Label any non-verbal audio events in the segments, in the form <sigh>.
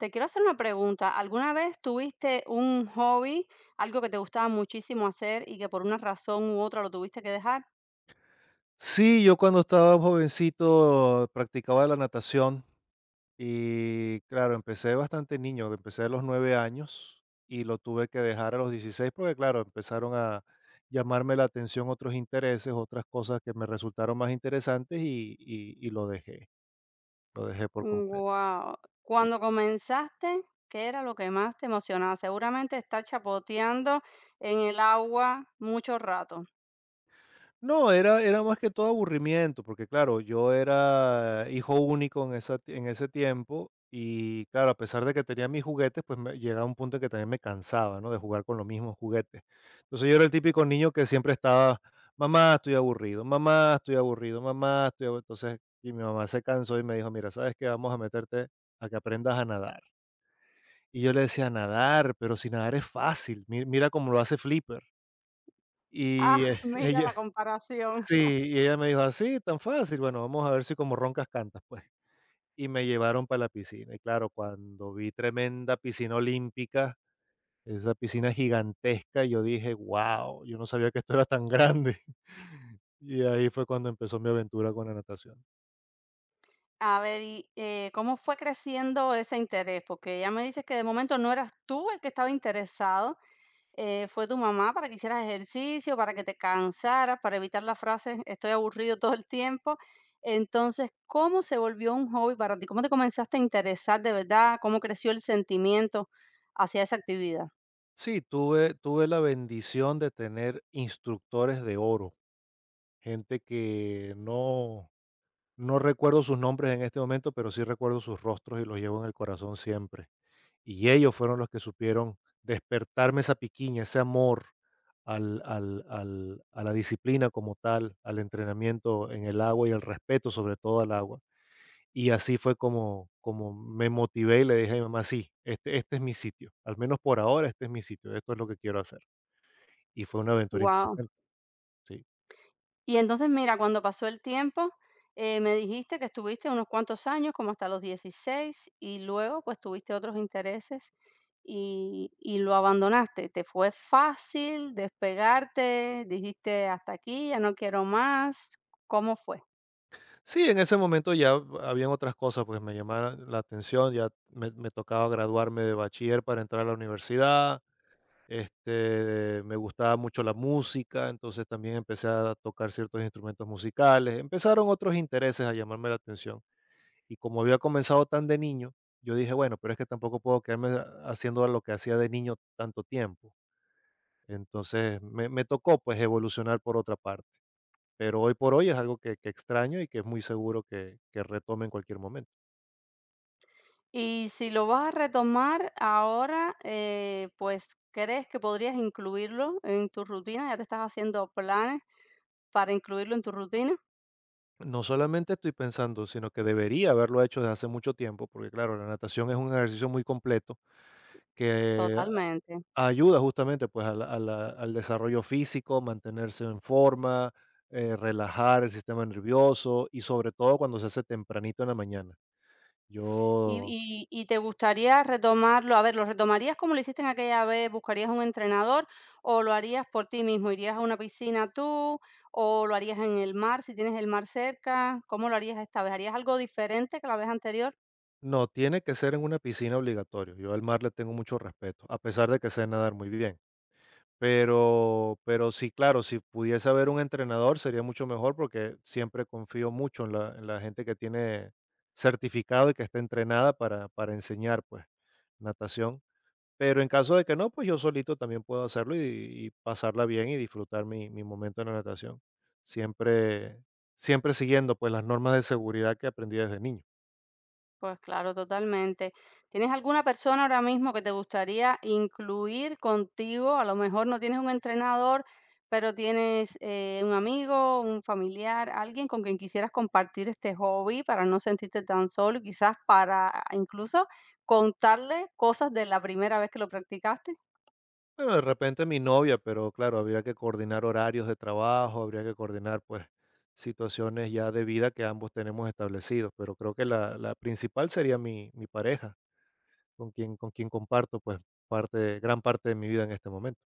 Te quiero hacer una pregunta. ¿Alguna vez tuviste un hobby, algo que te gustaba muchísimo hacer y que por una razón u otra lo tuviste que dejar? Sí, yo cuando estaba jovencito practicaba la natación y claro, empecé bastante niño, empecé a los 9 años y lo tuve que dejar a los 16 porque claro, empezaron a llamarme la atención otros intereses, otras cosas que me resultaron más interesantes y lo dejé por completo. Wow. Sí. Cuando comenzaste, ¿qué era lo que más te emocionaba? Seguramente estar chapoteando en el agua mucho rato. No, era más que todo aburrimiento, porque claro, yo era hijo único en en ese tiempo y claro, a pesar de que tenía mis juguetes, pues me llegaba un punto en que también me cansaba, ¿no? De jugar con los mismos juguetes. Entonces yo era el típico niño que siempre estaba, mamá, estoy aburrido, mamá, estoy aburrido, mamá, estoy aburrido. Entonces, y mi mamá se cansó y me dijo, mira, ¿sabes qué? Vamos a meterte a que aprendas a nadar. Y yo le decía, nadar, pero si nadar es fácil, mira cómo lo hace Flipper. Ah, Y <laughs> <laughs> mira la ella, comparación. sí, y ella me dijo: "Así, tan fácil, bueno, vamos a ver si como roncas cantas, pues". Y me llevaron para la piscina, y claro, cuando vi tremenda piscina olímpica, esa piscina gigantesca, yo dije: "Guau, yo no sabía que esto era tan grande". <laughs> Y ahí fue cuando empezó mi aventura con la natación. A ver, y, ¿cómo fue creciendo ese interés? Porque ya me dices que de momento no eras tú el que estaba interesado, fue tu mamá para que hicieras ejercicio, para que te cansaras, para evitar las frases estoy aburrido todo el tiempo. Entonces, ¿cómo se volvió un hobby para ti? ¿Cómo te comenzaste a interesar de verdad? ¿Cómo creció el sentimiento hacia esa actividad? Sí, tuve la bendición de tener instructores de oro, gente que no recuerdo sus nombres en este momento, pero sí recuerdo sus rostros y los llevo en el corazón siempre. Y ellos fueron los que supieron despertarme esa piquiña, ese amor al al al a la disciplina como tal, al entrenamiento en el agua y al respeto, sobre todo al agua. Y así fue como me motivé y le dije a mi mamá: "Sí, este es mi sitio, al menos por ahora, este es mi sitio, esto es lo que quiero hacer". Y fue una aventura interesante, sí. Y entonces, mira, cuando pasó el tiempo, me dijiste que estuviste unos cuantos años, como hasta los 16, y luego pues tuviste otros intereses y lo abandonaste. ¿Te fue fácil despegarte? ¿Dijiste hasta aquí, ya no quiero más? ¿Cómo fue? Sí, en ese momento ya habían otras cosas, pues, me llamaban la atención, ya me tocaba graduarme de bachiller para entrar a la universidad. Este, me gustaba mucho la música, entonces también empecé a tocar ciertos instrumentos musicales. Empezaron otros intereses a llamarme la atención. Y como había comenzado tan de niño, yo dije, bueno, pero es que tampoco puedo quedarme haciendo lo que hacía de niño tanto tiempo. Entonces me tocó pues evolucionar por otra parte. Pero hoy por hoy es algo que extraño y que es muy seguro que retome en cualquier momento. Y si lo vas a retomar ahora, pues ¿crees que podrías incluirlo en tu rutina? ¿Ya te estás haciendo planes para incluirlo en tu rutina? No solamente estoy pensando, sino que debería haberlo hecho desde hace mucho tiempo, porque claro, la natación es un ejercicio muy completo que Totalmente. Ayuda justamente pues al desarrollo físico, mantenerse en forma, relajar el sistema nervioso y sobre todo cuando se hace tempranito en la mañana. ¿Y Yo y y te gustaría retomarlo? A ver, ¿lo retomarías como lo hiciste en aquella vez? ¿Buscarías un entrenador o lo harías por ti mismo? ¿Irías a una piscina tú o lo harías en el mar, si tienes el mar cerca? ¿Cómo lo harías esta vez? ¿Harías algo diferente que la vez anterior? no, tiene que ser en una piscina obligatorio. Yo al mar le tengo mucho respeto, a pesar de que sé nadar muy bien. Pero sí, claro, si pudiese haber un entrenador sería mucho mejor, porque siempre confío mucho en la gente que tiene certificado y que está entrenada para enseñar, pues, natación. Pero en caso de que no, pues, yo solito también puedo hacerlo y pasarla bien y disfrutar mi momento en la natación. Siempre siguiendo, pues, las normas de seguridad que aprendí desde niño. Pues claro, totalmente. ¿Tienes alguna persona ahora mismo que te gustaría incluir contigo? A lo mejor no tienes un entrenador, pero tienes un amigo, un familiar, alguien con quien quisieras compartir este hobby para no sentirte tan solo y quizás para incluso contarle cosas de la primera vez que lo practicaste. Bueno, de repente mi novia, pero claro, habría que coordinar horarios de trabajo, habría que coordinar pues situaciones ya de vida que ambos tenemos establecidos, pero creo que la principal sería mi pareja, con quien comparto pues parte, gran parte de mi vida en este momento.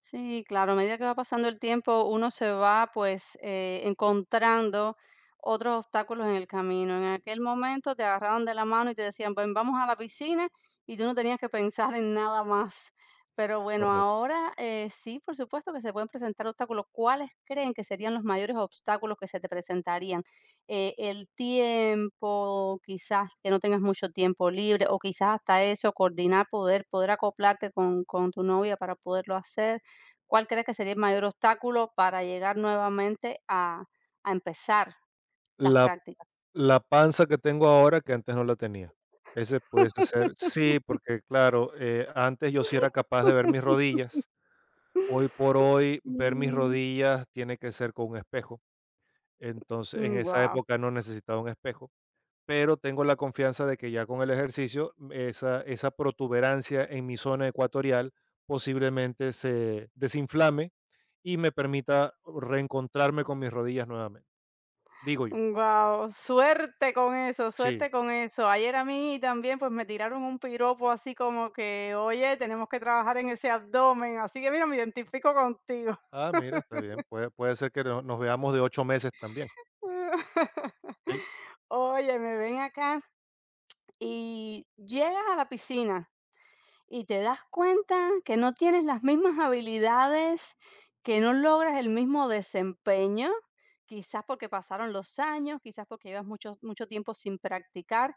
Sí, claro, a medida que va pasando el tiempo, uno se va pues encontrando otros obstáculos en el camino. En aquel momento te agarraban de la mano y te decían, ven, vamos a la piscina y tú no tenías que pensar en nada más. Pero bueno, Correcto. ahora sí, por supuesto que se pueden presentar obstáculos. ¿Cuáles creen que serían los mayores obstáculos que se te presentarían? El tiempo, quizás que no tengas mucho tiempo libre, o quizás hasta eso, coordinar, poder, poder acoplarte con tu novia para poderlo hacer. ¿Cuál crees que sería el mayor obstáculo para llegar nuevamente a empezar las La, prácticas? la panza que tengo ahora que antes no la tenía. Ese pudiese ser, sí, porque claro, antes yo sí era capaz de ver mis rodillas. Hoy por hoy, ver mis Mm, rodillas tiene que ser con un espejo. Entonces, en esa guau, época no necesitaba un espejo, pero tengo la confianza de que ya con el ejercicio, esa protuberancia en mi zona ecuatorial posiblemente se desinflame y me permita reencontrarme con mis rodillas nuevamente, digo yo. guau, suerte con eso, Sí. suerte con eso. Ayer a mí también, pues, me tiraron un piropo así como que: "Oye, tenemos que trabajar en ese abdomen", así que mira, me identifico contigo. Ah, mira, está bien, puede ser que no nos veamos de 8 meses también, sí. <laughs> Oye, me ven acá, y llegas a la piscina. Y te das cuenta que no tienes las mismas habilidades, que no logras el mismo desempeño, quizás porque pasaron los años, quizás porque llevas mucho, mucho tiempo sin practicar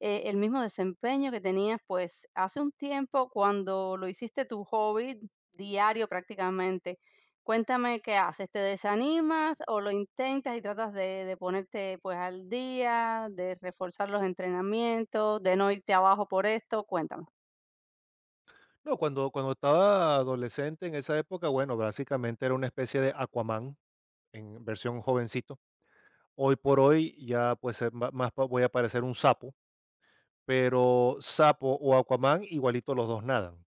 el mismo desempeño que tenías pues hace un tiempo cuando lo hiciste tu hobby diario prácticamente. Cuéntame qué haces, ¿te desanimas o lo intentas y tratas de ponerte pues al día, de reforzar los entrenamientos, de no irte abajo por esto? Cuéntame. No, cuando estaba adolescente en esa época, bueno, básicamente era una especie de Aquaman en versión jovencito. Hoy por hoy ya pues voy a parecer un sapo, pero sapo o Aquaman igualito los dos nadan.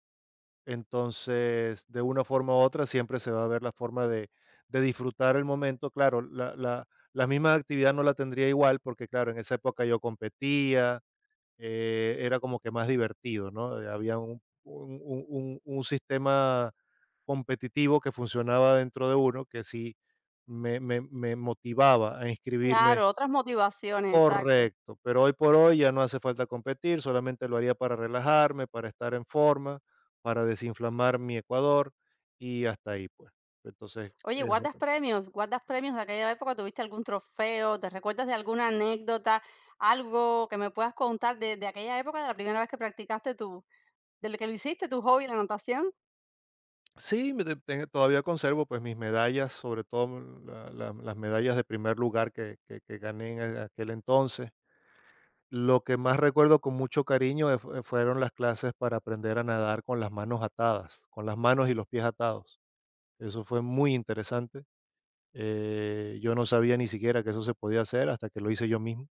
Entonces, de una forma u otra siempre se va a ver la forma de disfrutar el momento. Claro, la misma actividad no la tendría igual porque claro, en esa época yo competía, era como que más divertido, ¿no? Había un sistema competitivo que funcionaba dentro de uno que sí me motivaba a inscribirme. Claro, otras motivaciones, exacto. Correcto, pero hoy por hoy ya no hace falta competir, solamente lo haría para relajarme, para estar en forma, para desinflamar mi Ecuador y hasta ahí, pues. Entonces, Oye, es ¿guardas otra. premios? ¿Guardas premios de aquella época? ¿Tuviste algún trofeo? ¿Te recuerdas de alguna anécdota? Algo que me puedas contar de aquella época, de la primera vez que practicaste tu, de lo que lo hiciste, tu hobby, la natación. Sí, me te ten todavía conservo, pues, mis medallas, sobre todo la la las medallas de primer lugar que gané en aquel entonces. Lo que más recuerdo con mucho cariño, fueron las clases para aprender a nadar con las manos atadas, con las manos y los pies atados. Eso fue muy interesante. Yo no sabía ni siquiera que eso se podía hacer hasta que lo hice yo mismo,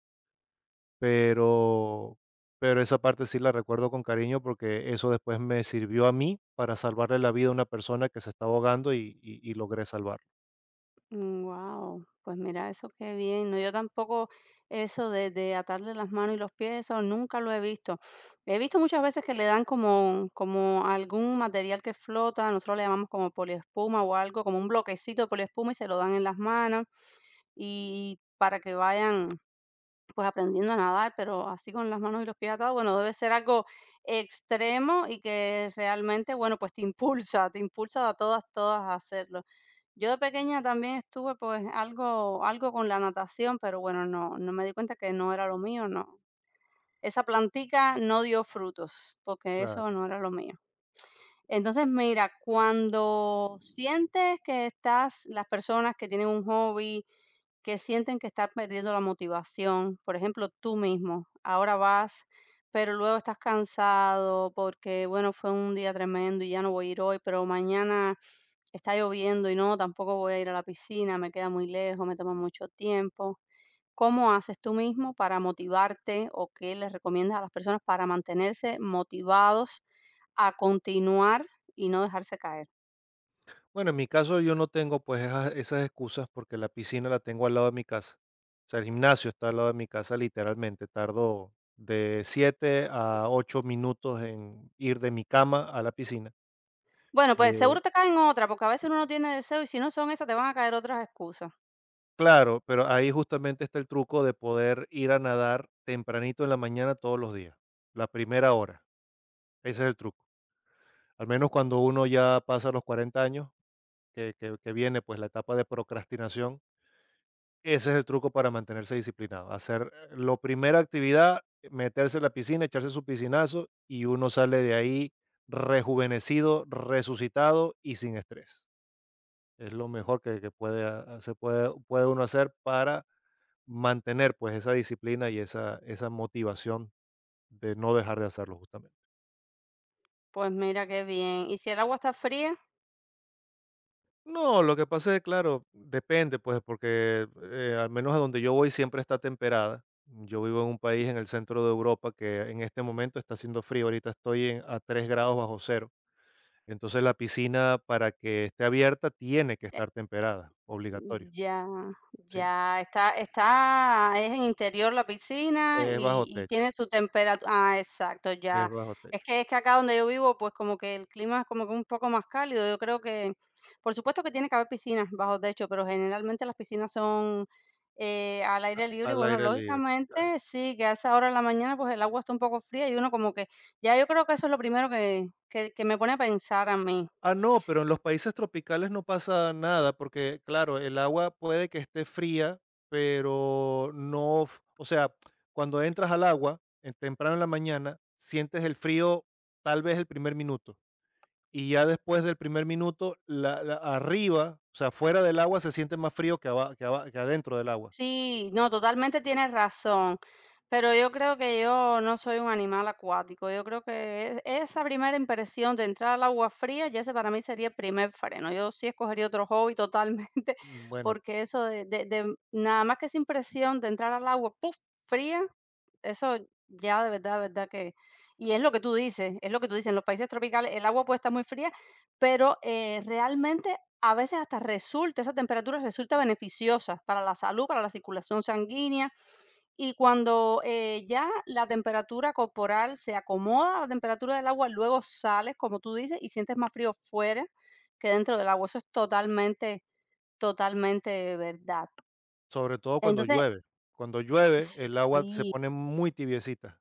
pero, pero esa parte sí la recuerdo con cariño porque eso después me sirvió a mí para salvarle la vida a una persona que se estaba ahogando y logré salvarlo. Wow, pues mira, eso qué bien. No, yo tampoco eso de atarle las manos y los pies, eso nunca lo he visto. He visto muchas veces que le dan como, como algún material que flota, nosotros le llamamos como poliespuma o algo, como un bloquecito de poliespuma y se lo dan en las manos. Y para que vayan, pues, aprendiendo a nadar, pero así con las manos y los pies atados, bueno, debe ser algo extremo y que realmente, bueno, pues, te impulsa a todas, todas a hacerlo. Yo de pequeña también estuve, pues, algo algo con la natación, pero bueno, no me di cuenta que no era lo mío, no. Esa plantica no dio frutos, porque Claro. eso no era lo mío. Entonces, mira, cuando sientes que estás las personas que tienen un hobby que sienten que están perdiendo la motivación. Por ejemplo, tú mismo, ahora vas, pero luego estás cansado porque, bueno, fue un día tremendo y ya no voy a ir hoy, pero mañana está lloviendo y no, tampoco voy a ir a la piscina, me queda muy lejos, me toma mucho tiempo. ¿Cómo haces tú mismo para motivarte o qué les recomiendas a las personas para mantenerse motivados a continuar y no dejarse caer? Bueno, en mi caso yo no tengo pues esas excusas porque la piscina la tengo al lado de mi casa. O sea, el gimnasio está al lado de mi casa literalmente. Tardo de 7 a 8 minutos en ir de mi cama a la piscina. Bueno, pues Eh, seguro te caen otra, porque a veces uno no tiene deseo y si no son esas te van a caer otras excusas. Claro, pero ahí justamente está el truco de poder ir a nadar tempranito en la mañana todos los días, la primera hora, ese es el truco. Al menos cuando uno ya pasa los 40 años, que viene pues la etapa de procrastinación, ese es el truco para mantenerse disciplinado, hacer la primera actividad, meterse en la piscina, echarse su piscinazo y uno sale de ahí rejuvenecido, resucitado y sin estrés. Es lo mejor que puede, ha- se puede, puede uno hacer para mantener, pues, esa disciplina y esa motivación de no dejar de hacerlo, justamente. Pues mira qué bien. ¿Y si el agua está fría? No, lo que pasa es, claro, depende, pues, porque, al menos a donde yo voy siempre está temperada. Yo vivo en un país en el centro de Europa que en este momento está haciendo frío, ahorita estoy en a 3 grados bajo cero. Entonces, la piscina, para que esté abierta, tiene que Eh, estar temperada, obligatorio, ya, sí. ya está está es en interior la piscina Es bajo y techo, tiene su temperatura. Ah, exacto, es ya. bajo techo, Es que acá donde yo vivo, pues, como que el clima es como que un poco más cálido. Yo creo que, por supuesto que tiene que haber piscinas bajo techo, pero generalmente las piscinas son, al aire libre y, al bueno, aire libre, claro. lógicamente sí, que a esa hora de la mañana, pues, el agua está un poco fría y uno como que ya yo creo que eso es lo primero que que me pone a pensar a mí. Ah, no, pero en los países tropicales no pasa nada, porque claro, el agua puede que esté fría, pero no, o sea, cuando entras al agua, temprano en la mañana, sientes el frío tal vez el primer minuto, y ya después del primer minuto, arriba, o sea, fuera del agua se siente más frío que adentro del agua. Sí, no, totalmente tienes razón, pero yo creo que yo no soy un animal acuático. Yo creo que esa primera impresión de entrar al agua fría, ya ese para mí sería el primer freno. Yo sí escogería otro hobby totalmente, <laughs> Mm, bueno, porque eso de, de nada más que esa impresión de entrar al agua ¡puf! Fría, eso ya de verdad que... Y es lo que tú dices, es lo que tú dices, en los países tropicales el agua puede estar muy fría, pero realmente a veces hasta resulta, esa temperatura resulta beneficiosa para la salud, para la circulación sanguínea. Y cuando ya la temperatura corporal se acomoda a la temperatura del agua, luego sales, como tú dices, y sientes más frío fuera que dentro del agua. Eso es totalmente, totalmente verdad. sobre todo cuando Entonces, llueve. Cuando llueve, el agua se sí, pone muy tibiecita.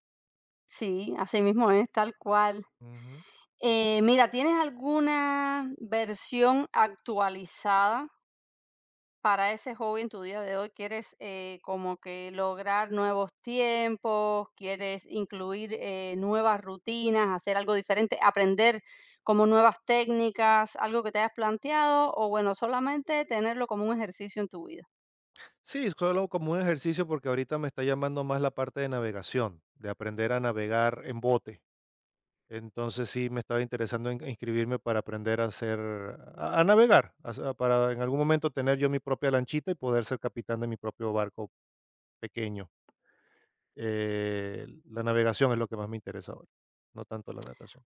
sí, así mismo es, tal cual. Ujú. Mira, ¿tienes alguna versión actualizada para ese hobby en tu día de hoy? ¿Quieres como que lograr nuevos tiempos? ¿Quieres incluir nuevas rutinas, hacer algo diferente, aprender como nuevas técnicas, algo que te hayas planteado? O bueno, solamente tenerlo como un ejercicio en tu vida. Sí, solo como un ejercicio porque ahorita me está llamando más la parte de navegación, de aprender a navegar en bote. Entonces sí me estaba interesando en inscribirme para aprender a hacer, a navegar, para en algún momento tener yo mi propia lanchita y poder ser capitán de mi propio barco pequeño. La navegación es lo que más me interesa ahora, no tanto la natación.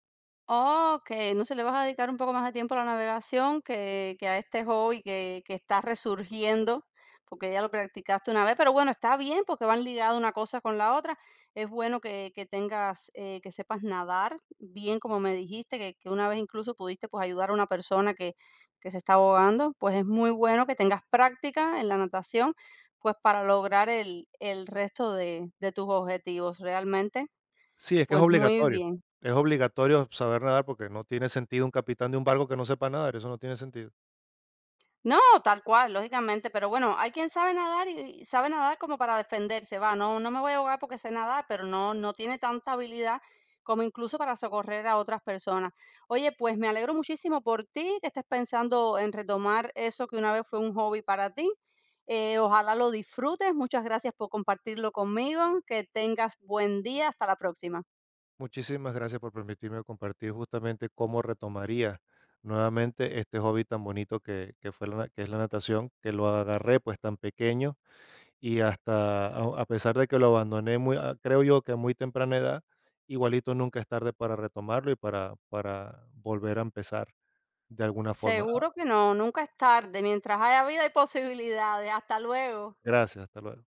Oh, ok, no se le vas a dedicar un poco más de tiempo a la navegación que a este hobby que está resurgiendo, porque ya lo practicaste una vez, pero bueno, está bien porque van ligadas una cosa con la otra. Es bueno que tengas, que sepas nadar bien, como me dijiste, que una vez incluso pudiste, pues, ayudar a una persona que se está ahogando, pues, es muy bueno que tengas práctica en la natación, pues, para lograr el resto de tus objetivos. Realmente, Sí, es que es pues, muy obligatorio. bien. Es obligatorio saber nadar porque no tiene sentido un capitán de un barco que no sepa nadar, eso no tiene sentido. No, tal cual, lógicamente, pero bueno, hay quien sabe nadar y sabe nadar como para defenderse, va, no, no me voy a ahogar porque sé nadar, pero no, no tiene tanta habilidad como incluso para socorrer a otras personas. Oye, pues me alegro muchísimo por ti, que estés pensando en retomar eso que una vez fue un hobby para ti. Ojalá lo disfrutes, muchas gracias por compartirlo conmigo, que tengas buen día, hasta la próxima. Muchísimas gracias por permitirme compartir justamente cómo retomaría nuevamente este hobby tan bonito que fue que es la natación, que lo agarré pues tan pequeño y hasta a pesar de que lo abandoné creo yo que a muy temprana edad, igualito nunca es tarde para retomarlo y para volver a empezar de alguna forma. Ah, Seguro que no, nunca es tarde, mientras haya vida hay posibilidades. Hasta luego. gracias, hasta luego.